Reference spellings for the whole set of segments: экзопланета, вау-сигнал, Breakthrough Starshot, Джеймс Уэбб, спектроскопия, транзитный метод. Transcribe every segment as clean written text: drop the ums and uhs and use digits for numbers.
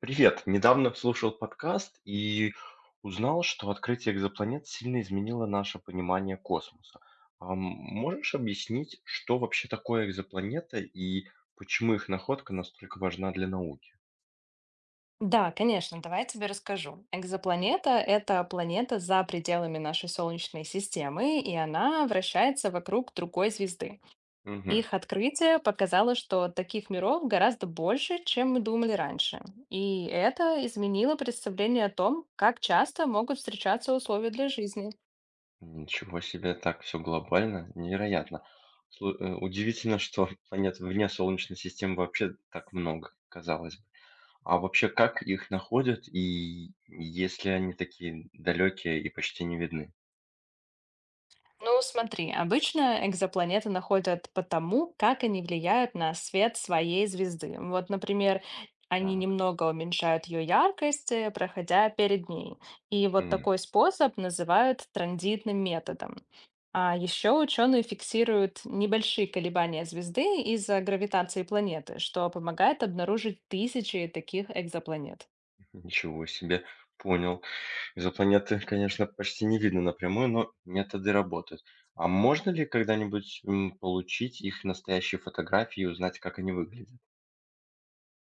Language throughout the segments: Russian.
Привет. Недавно слушал подкаст и узнал, что открытие экзопланет сильно изменило наше понимание космоса. А можешь объяснить, что вообще такое экзопланета и почему их находка настолько важна для науки? Да, конечно, давай я тебе расскажу. Экзопланета– это планета за пределами нашей Солнечной системы, и она вращается вокруг другой звезды. Мгм. Их открытие показало, что таких миров гораздо больше, чем мы думали раньше. И это изменило представление о том, как часто могут встречаться условия для жизни. Ничего себе, так все глобально, невероятно. Удивительно, что планет вне Солнечной системы вообще так много, казалось бы. А вообще, как их находят и если они такие далекие и почти не видны? Ну, смотри, обычно экзопланеты находят по тому, как они влияют на свет своей звезды. Вот, например, они Так. немного уменьшают ее яркость, проходя перед ней. И вот такой способ называют транзитным методом. А еще ученые фиксируют небольшие колебания звезды из-за гравитации планеты, что помогает обнаружить тысячи таких экзопланет. Ничего себе, понял. Изопланеты, конечно, почти не видно напрямую, но методы работают. А можно ли когда-нибудь получить их настоящие фотографии и узнать, как они выглядят?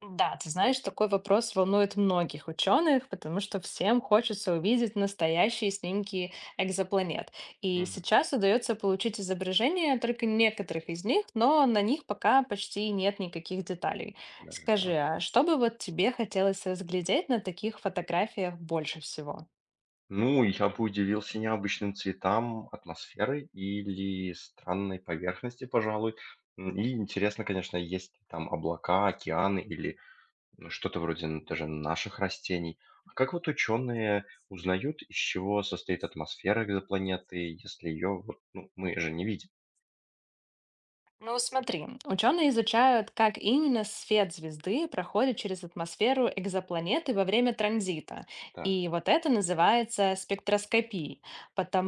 Да, ты знаешь, такой вопрос волнует многих ученых, потому что всем хочется увидеть настоящие снимки экзопланет. И Мгм. сейчас удается получить изображения только некоторых из них, но на них пока почти нет никаких деталей. Даже Скажи, так. а что бы вот тебе хотелось разглядеть на таких фотографиях больше всего? Ну, я бы удивился необычным цветам атмосферы или странной поверхности, пожалуй. И интересно, конечно, есть ли там облака, океаны или ну, что-то вроде н даже наших растений. А как вот ученые узнают, из чего состоит атмосфера экзопланеты, если ее вот, ну, мы же не видим? Ну, смотри, ученые изучают, как именно свет звезды проходит через атмосферу экзопланеты во время транзита. И Так, вот это называется спектроскопией.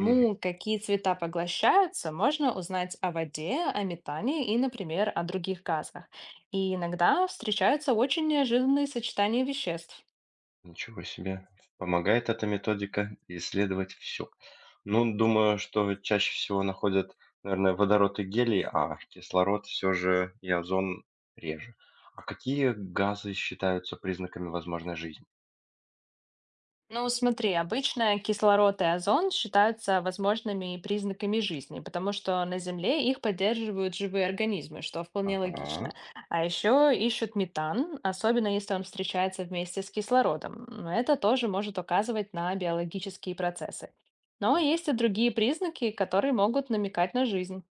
мгм, какие цвета поглощаются, можно узнать о воде, о метане и, например, о других газах. И иногда встречаются очень неожиданные сочетания веществ. ничего себе. Помогает эта методика исследовать все. Ну, думаю, что чаще всего находят, наверное, водород и гелий, а кислород все же и озон реже. А какие газы считаются признаками возможной жизни? Ну, смотри, обычно кислород и озон считаются возможными признаками жизни, потому что на Земле их поддерживают живые организмы, что вполне Ага, логично. А еще ищут метан, особенно если он встречается вместе с кислородом. Но это тоже может указывать на биологические процессы. Но так. есть и другие признаки, которые могут намекать на жизнь.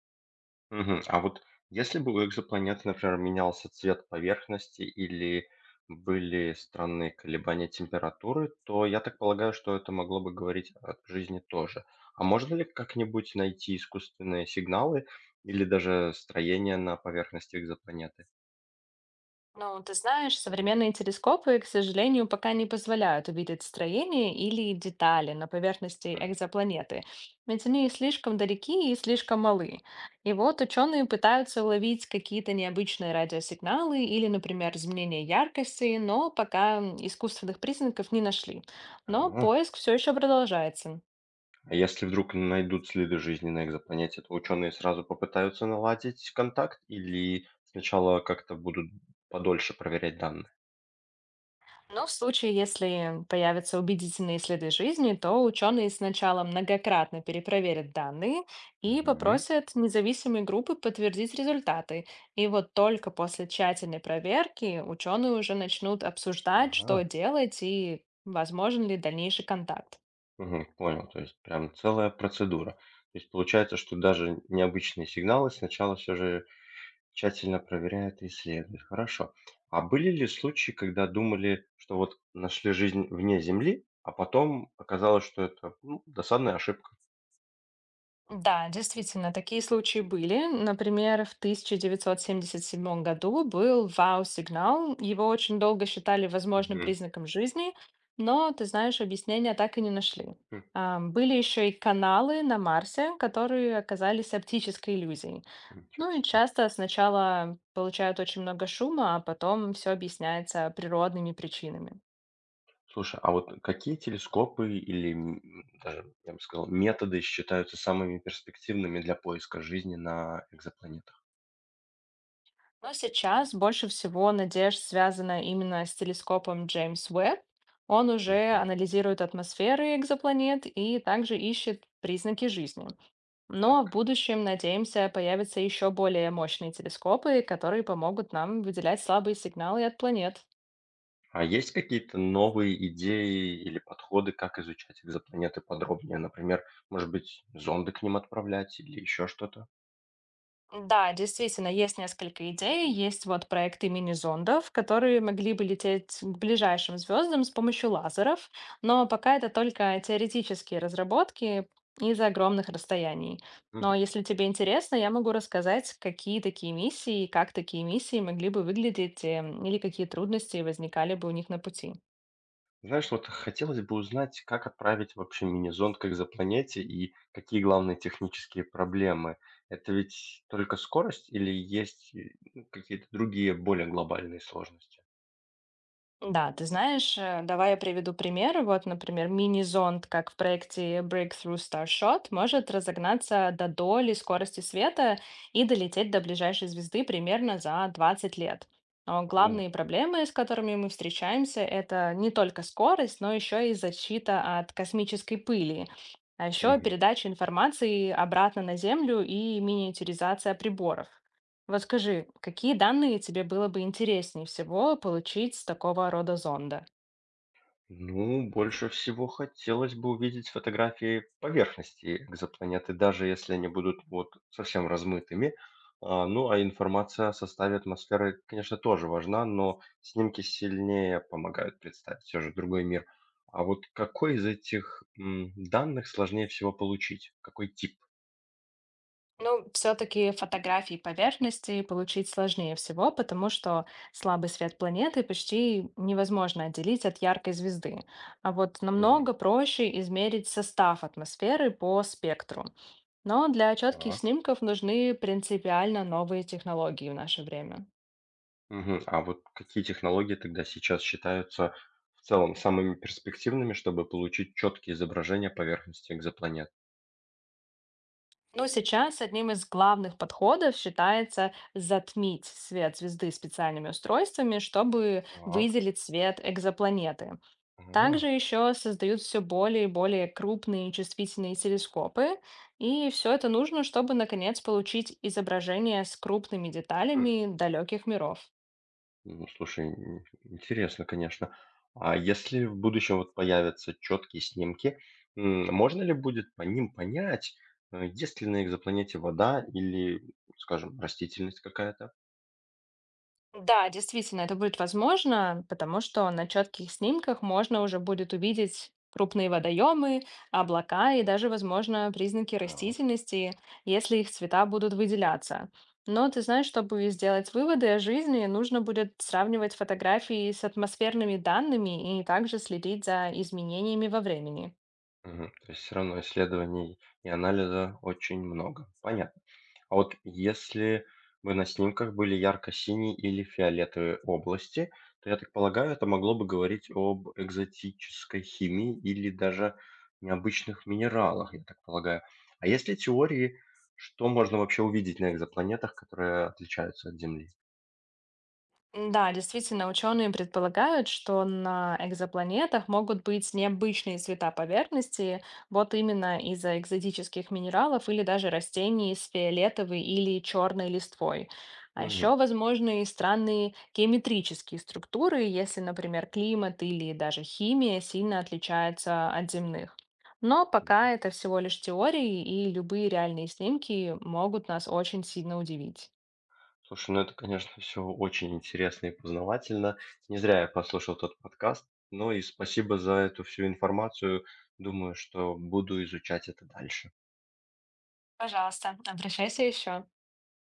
Мгм. А вот если бы у экзопланеты, например, менялся цвет поверхности или были странные колебания температуры, то я так полагаю, что это могло бы говорить о жизни тоже. А можно ли как-нибудь найти искусственные сигналы или даже строение на поверхности экзопланеты? Ну, ты знаешь, современные телескопы, к сожалению, пока не позволяют увидеть строение или детали на поверхности М, экзопланеты, ведь они слишком далеки и слишком малы. И вот ученые пытаются уловить какие-то необычные радиосигналы или, например, изменение яркости, но пока искусственных признаков не нашли. Но А поиск все еще продолжается. а если вдруг найдут следы жизни на экзопланете, то ученые сразу попытаются наладить контакт или сначала как-то будут подольше проверять данные? Но в случае, если появятся убедительные следы жизни, то ученые сначала многократно перепроверят данные и Мгм. попросят независимые группы подтвердить результаты. И вот только после тщательной проверки ученые уже начнут обсуждать, А. что делать и возможен ли дальнейший контакт. Мгм. Понял, то есть прям целая процедура. То есть получается, что даже необычные сигналы сначала все же тщательно проверяют и исследуют. Хорошо. А были ли случаи, когда думали, что вот нашли жизнь вне Земли, а потом оказалось, что это, ну, досадная ошибка? Да, действительно, такие случаи были. Например, в 1977 году был вау-сигнал. Его очень долго считали возможным Мгм. признаком жизни, но, ты знаешь, объяснения так и не нашли. Хм. Были еще и каналы на Марсе, которые оказались оптической иллюзией. Ничего Ну и себе. часто сначала получают очень много шума, а потом все объясняется природными причинами. Слушай, а вот какие телескопы или, даже, я бы сказал, методы считаются самыми перспективными для поиска жизни на экзопланетах? Но сейчас больше всего надежд связана именно с телескопом Джеймс Уэбб. Он уже Мгм. анализирует атмосферы экзопланет и также ищет признаки жизни. Но в Так. будущем, надеемся, появятся еще более мощные телескопы, которые помогут нам выделять слабые сигналы от планет. А есть какие-то новые идеи или подходы, как изучать экзопланеты подробнее? Например, может быть, зонды к ним отправлять или еще что-то? Да, действительно, есть несколько идей. Есть вот проекты мини-зондов, которые могли бы лететь к ближайшим звездам с помощью лазеров, но пока это только теоретические разработки из-за огромных расстояний. Но Мгм. если тебе интересно, я могу рассказать, какие такие миссии и как такие миссии могли бы выглядеть или какие трудности возникали бы у них на пути. Знаешь, вот хотелось бы узнать, как отправить вообще мини-зонд к экзопланете и какие главные технические проблемы. Это ведь только скорость или есть ну, какие-то другие более глобальные сложности? Да, ты знаешь, давай я приведу пример. Вот, например, мини-зонд, как в проекте Breakthrough Starshot, может разогнаться до доли скорости света и долететь до ближайшей звезды примерно за 20 лет. Но О, главные проблемы, с которыми мы встречаемся, это не только скорость, но еще и защита от космической пыли, а еще мгм. передача информации обратно на Землю и миниатюризация приборов. Вот скажи, какие данные тебе было бы интереснее всего получить с такого рода зонда? Ну, больше всего хотелось бы увидеть фотографии поверхности экзопланеты, даже если они будут вот совсем размытыми. А, ну, а информация о составе атмосферы, конечно, тоже важна, но снимки сильнее помогают представить все же другой мир. А вот какой из этих данных сложнее всего получить? Какой тип? Ну, все-таки фотографии поверхности получить сложнее всего, потому что слабый свет планеты почти невозможно отделить от яркой звезды. А вот Мгм. намного проще измерить состав атмосферы по спектру. Но для четких Так. снимков нужны принципиально новые технологии в наше время. Мгм. А вот какие технологии тогда сейчас считаются в целом самыми перспективными, чтобы получить четкие изображения поверхности экзопланет? Ну, сейчас одним из главных подходов считается затмить свет звезды специальными устройствами, чтобы Так. выделить свет экзопланеты. Также Ага. еще создают все более и более крупные чувствительные телескопы, и все это нужно, чтобы наконец получить изображение с крупными Хм. деталями далеких миров. Ну, слушай, ин интересно, конечно. А если в будущем вот появятся четкие снимки, можно ли будет по ним понять, есть ли на экзопланете вода или, скажем, растительность какая-то? Да, действительно, это будет возможно, потому что на четких снимках можно уже будет увидеть крупные водоемы, облака и даже, возможно, признаки Так. растительности, если их цвета будут выделяться. Но ты знаешь, чтобы сделать выводы о жизни, нужно будет сравнивать фотографии с атмосферными данными и также следить за изменениями во времени. Мгм. То есть все равно исследований и анализа очень много. Понятно. А вот если бы на снимках были ярко-синие или фиолетовые области, то, я так полагаю, это могло бы говорить об экзотической химии или даже необычных минералах, я так полагаю. А есть ли теории, что можно вообще увидеть на экзопланетах, которые отличаются от Земли? Да, действительно, ученые предполагают, что на экзопланетах могут быть необычные цвета поверхности, вот именно из-за экзотических минералов или даже растений с фиолетовой или черной листвой. А Мгм. еще возможны и странные геометрические структуры, если, например, климат или даже химия сильно отличается от земных. Но Да. пока это всего лишь теории, и любые реальные снимки могут нас очень сильно удивить. Слушай, ну это, конечно, все очень интересно и познавательно. Не зря я послушал тот подкаст. Ну и спасибо за эту всю информацию. Думаю, что буду изучать это дальше. Пожалуйста, обращайся еще.